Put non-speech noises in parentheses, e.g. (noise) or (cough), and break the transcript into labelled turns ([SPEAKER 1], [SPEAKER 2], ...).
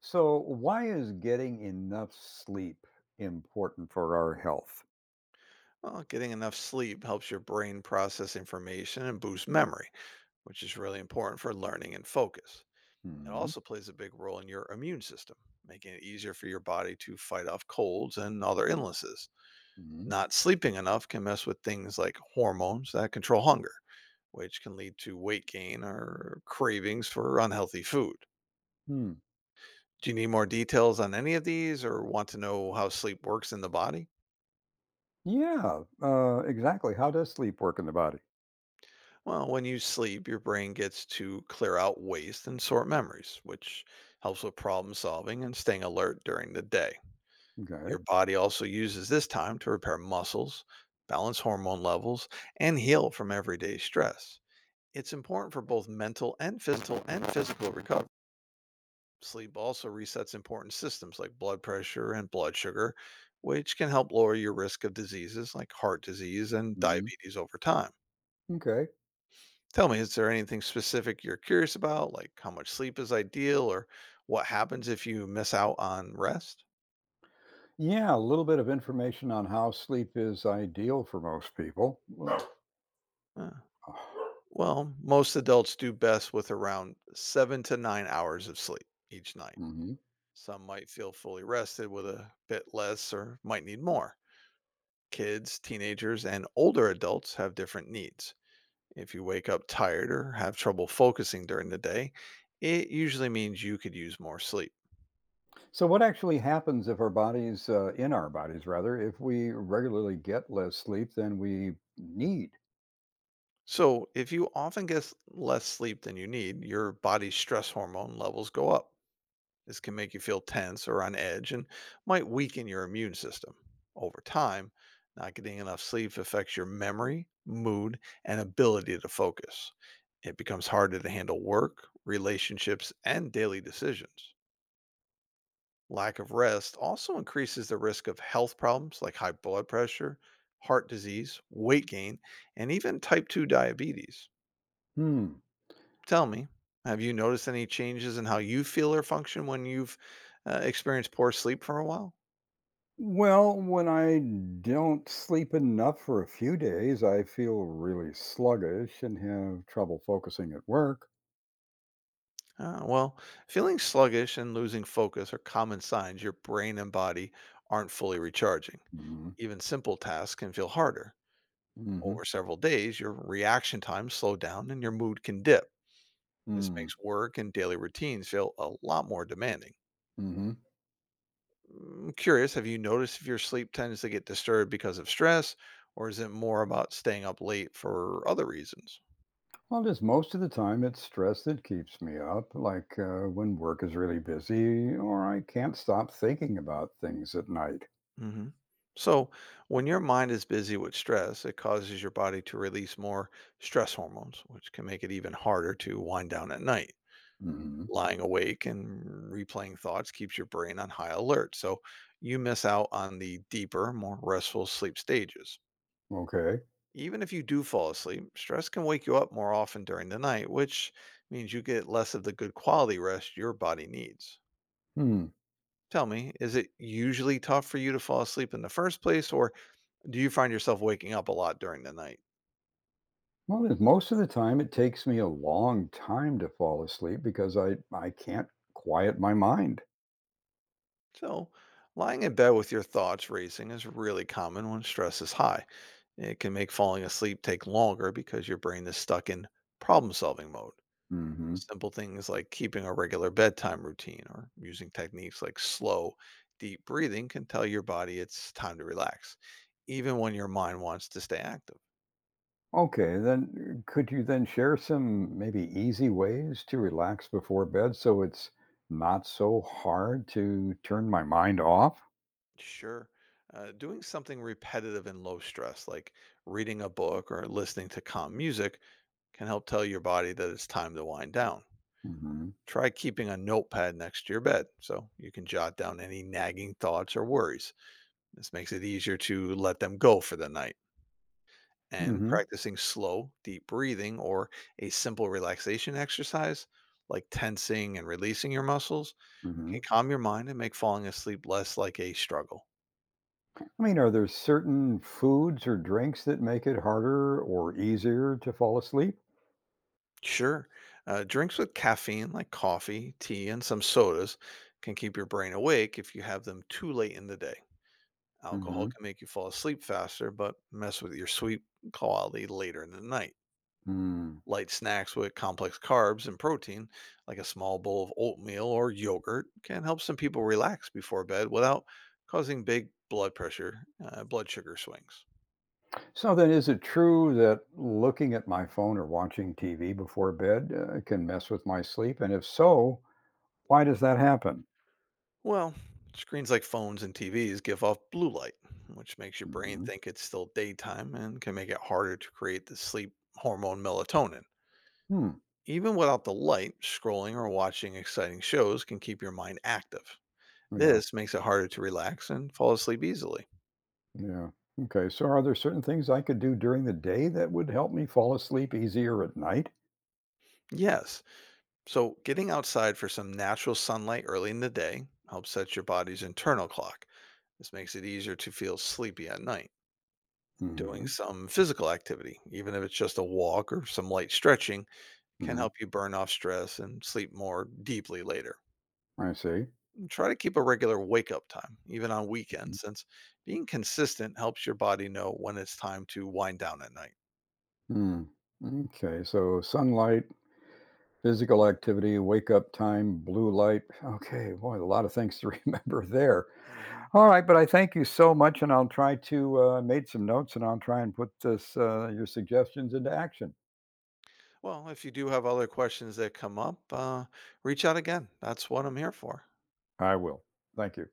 [SPEAKER 1] So, why is getting enough sleep important for our health?
[SPEAKER 2] Well, getting enough sleep helps your brain process information and boost memory, which is really important for learning and focus. It
[SPEAKER 1] Hmm.
[SPEAKER 2] also plays a big role in your immune system, making it easier for your body to fight off colds and other illnesses.
[SPEAKER 1] Hmm.
[SPEAKER 2] Not sleeping enough can mess with things like hormones that control hunger, which can lead to weight gain or cravings for unhealthy food.
[SPEAKER 1] Hmm.
[SPEAKER 2] Do you need more details on any of these or want to know how sleep works in the body?
[SPEAKER 1] Yeah. Exactly. How does sleep work in the body?
[SPEAKER 2] Well, when you sleep, your brain gets to clear out waste and sort memories, which helps with problem solving and staying alert during the day.
[SPEAKER 1] Okay.
[SPEAKER 2] Your body also uses this time to repair muscles, balance hormone levels, and heal from everyday stress. It's important for both mental and physical recovery. Sleep also resets important systems like blood pressure and blood sugar, which can help lower your risk of diseases like heart disease and
[SPEAKER 1] Hmm.
[SPEAKER 2] diabetes over time.
[SPEAKER 1] Okay.
[SPEAKER 2] Tell me, is there anything specific you're curious about, like how much sleep is ideal or what happens if you miss out on rest?
[SPEAKER 1] Yeah. A little bit of information on how sleep is ideal for most people.
[SPEAKER 2] Uh, well, most adults do best with around 7 to 9 hours of sleep each night.
[SPEAKER 1] Hmm. (sighs)
[SPEAKER 2] Some might feel fully rested with a bit less or might need more. Kids, teenagers, and older adults have different needs. If you wake up tired or have trouble focusing during the day, it usually means you could use more sleep.
[SPEAKER 1] So, what actually happens if our in our bodies rather, if we regularly get less sleep than we need?
[SPEAKER 2] So, if you often get less sleep than you need, your body's stress hormone levels go up. This can make you feel tense or on edge and might weaken your immune system. Over time, not getting enough sleep affects your memory, mood, and ability to focus. It becomes harder to handle work, relationships, and daily decisions. Lack of rest also increases the risk of health problems like high blood pressure, heart disease, weight gain, and even type 2 diabetes.
[SPEAKER 1] Hmm.
[SPEAKER 2] Tell me, have you noticed any changes in how you feel or function when you've experienced poor sleep for a while?
[SPEAKER 1] Well, when I don't sleep enough for a few days, I feel really sluggish and have trouble focusing at work.
[SPEAKER 2] Well, feeling sluggish and losing focus are common signs your brain and body aren't fully recharging.
[SPEAKER 1] Mm-hmm.
[SPEAKER 2] Even simple tasks can feel harder.
[SPEAKER 1] Mm-hmm.
[SPEAKER 2] Over several days, your reaction times slow down and your mood can dip. This
[SPEAKER 1] Mm-hmm.
[SPEAKER 2] makes work and daily routines feel a lot more demanding.
[SPEAKER 1] Mm-hmm.
[SPEAKER 2] I'm curious, have you noticed if your sleep tends to get disturbed because of stress, or is it more about staying up late for other reasons?
[SPEAKER 1] Well, just most of the time, it's stress that keeps me up, like when work is really busy or I can't stop thinking about things at night.
[SPEAKER 2] Hmm. So, when your mind is busy with stress, it causes your body to release more stress hormones, which can make it even harder to wind down at night.
[SPEAKER 1] Mm-hmm.
[SPEAKER 2] Lying awake and replaying thoughts keeps your brain on high alert, so you miss out on the deeper, more restful sleep stages.
[SPEAKER 1] Okay.
[SPEAKER 2] Even if you do fall asleep, stress can wake you up more often during the night, which means you get less of the good quality rest your body needs.
[SPEAKER 1] Hmm.
[SPEAKER 2] Tell me, is it usually tough for you to fall asleep in the first place, or do you find yourself waking up a lot during the night?
[SPEAKER 1] Well, most of the time, it takes me a long time to fall asleep because I can't quiet my mind.
[SPEAKER 2] So, lying in bed with your thoughts racing is really common when stress is high. It can make falling asleep take longer because your brain is stuck in problem solving mode.
[SPEAKER 1] Mm-hmm.
[SPEAKER 2] Simple things like keeping a regular bedtime routine or using techniques like slow, deep breathing can tell your body it's time to relax, even when your mind wants to stay active.
[SPEAKER 1] Okay, then could you then share some maybe easy ways to relax before bed so it's not so hard to turn my mind off?
[SPEAKER 2] Sure. Doing something repetitive and low stress, like reading a book or listening to calm music, can help tell your body that it's time to wind down.
[SPEAKER 1] Hmm.
[SPEAKER 2] Try keeping a notepad next to your bed so you can jot down any nagging thoughts or worries. This makes it easier to let them go for the night. And
[SPEAKER 1] Hmm.
[SPEAKER 2] practicing slow, deep breathing or a simple relaxation exercise like tensing and releasing your muscles
[SPEAKER 1] Hmm.
[SPEAKER 2] can calm your mind and make falling asleep less like a struggle.
[SPEAKER 1] I mean, are there certain foods or drinks that make it harder or easier to fall asleep?
[SPEAKER 2] Sure, drinks with caffeine like coffee, tea, and some sodas can keep your brain awake if you have them too late in the day. Alcohol
[SPEAKER 1] Hmm.
[SPEAKER 2] can make you fall asleep faster, but mess with your sleep quality later in the night.
[SPEAKER 1] Hmm.
[SPEAKER 2] Light snacks with complex carbs and protein, like a small bowl of oatmeal or yogurt, can help some people relax before bed without causing big blood sugar swings.
[SPEAKER 1] So then, is it true that looking at my phone or watching TV before bed can mess with my sleep? And if so, why does that happen?
[SPEAKER 2] Well, screens like phones and TVs give off blue light, which makes your brain
[SPEAKER 1] Hmm.
[SPEAKER 2] think it's still daytime and can make it harder to create the sleep hormone melatonin.
[SPEAKER 1] Hmm.
[SPEAKER 2] Even without the light, scrolling or watching exciting shows can keep your mind active.
[SPEAKER 1] Yeah.
[SPEAKER 2] This makes it harder to relax and fall asleep easily.
[SPEAKER 1] Yeah. Okay. So, are there certain things I could do during the day that would help me fall asleep easier at night?
[SPEAKER 2] Yes, so, getting outside for some natural sunlight early in the day helps set your body's internal clock. This makes it easier to feel sleepy at night. Doing
[SPEAKER 1] Hmm.
[SPEAKER 2] some physical activity, even if it's just a walk or some light stretching, can
[SPEAKER 1] Hmm.
[SPEAKER 2] help you burn off stress and sleep more deeply later.
[SPEAKER 1] I see.
[SPEAKER 2] And try to keep a regular wake up time, even on weekends, since being consistent helps your body know when it's time to wind down at night.
[SPEAKER 1] Mm. Okay. So, sunlight, physical activity, wake up time, blue light. Okay. Boy, a lot of things to (laughs) remember there.
[SPEAKER 2] Hmm.
[SPEAKER 1] All right. But I thank you so much. And I'll try to made some notes and I'll try and put this, your suggestions into action.
[SPEAKER 2] Well, if you do have other questions that come up, reach out again. That's what I'm here for.
[SPEAKER 1] I will. Thank you.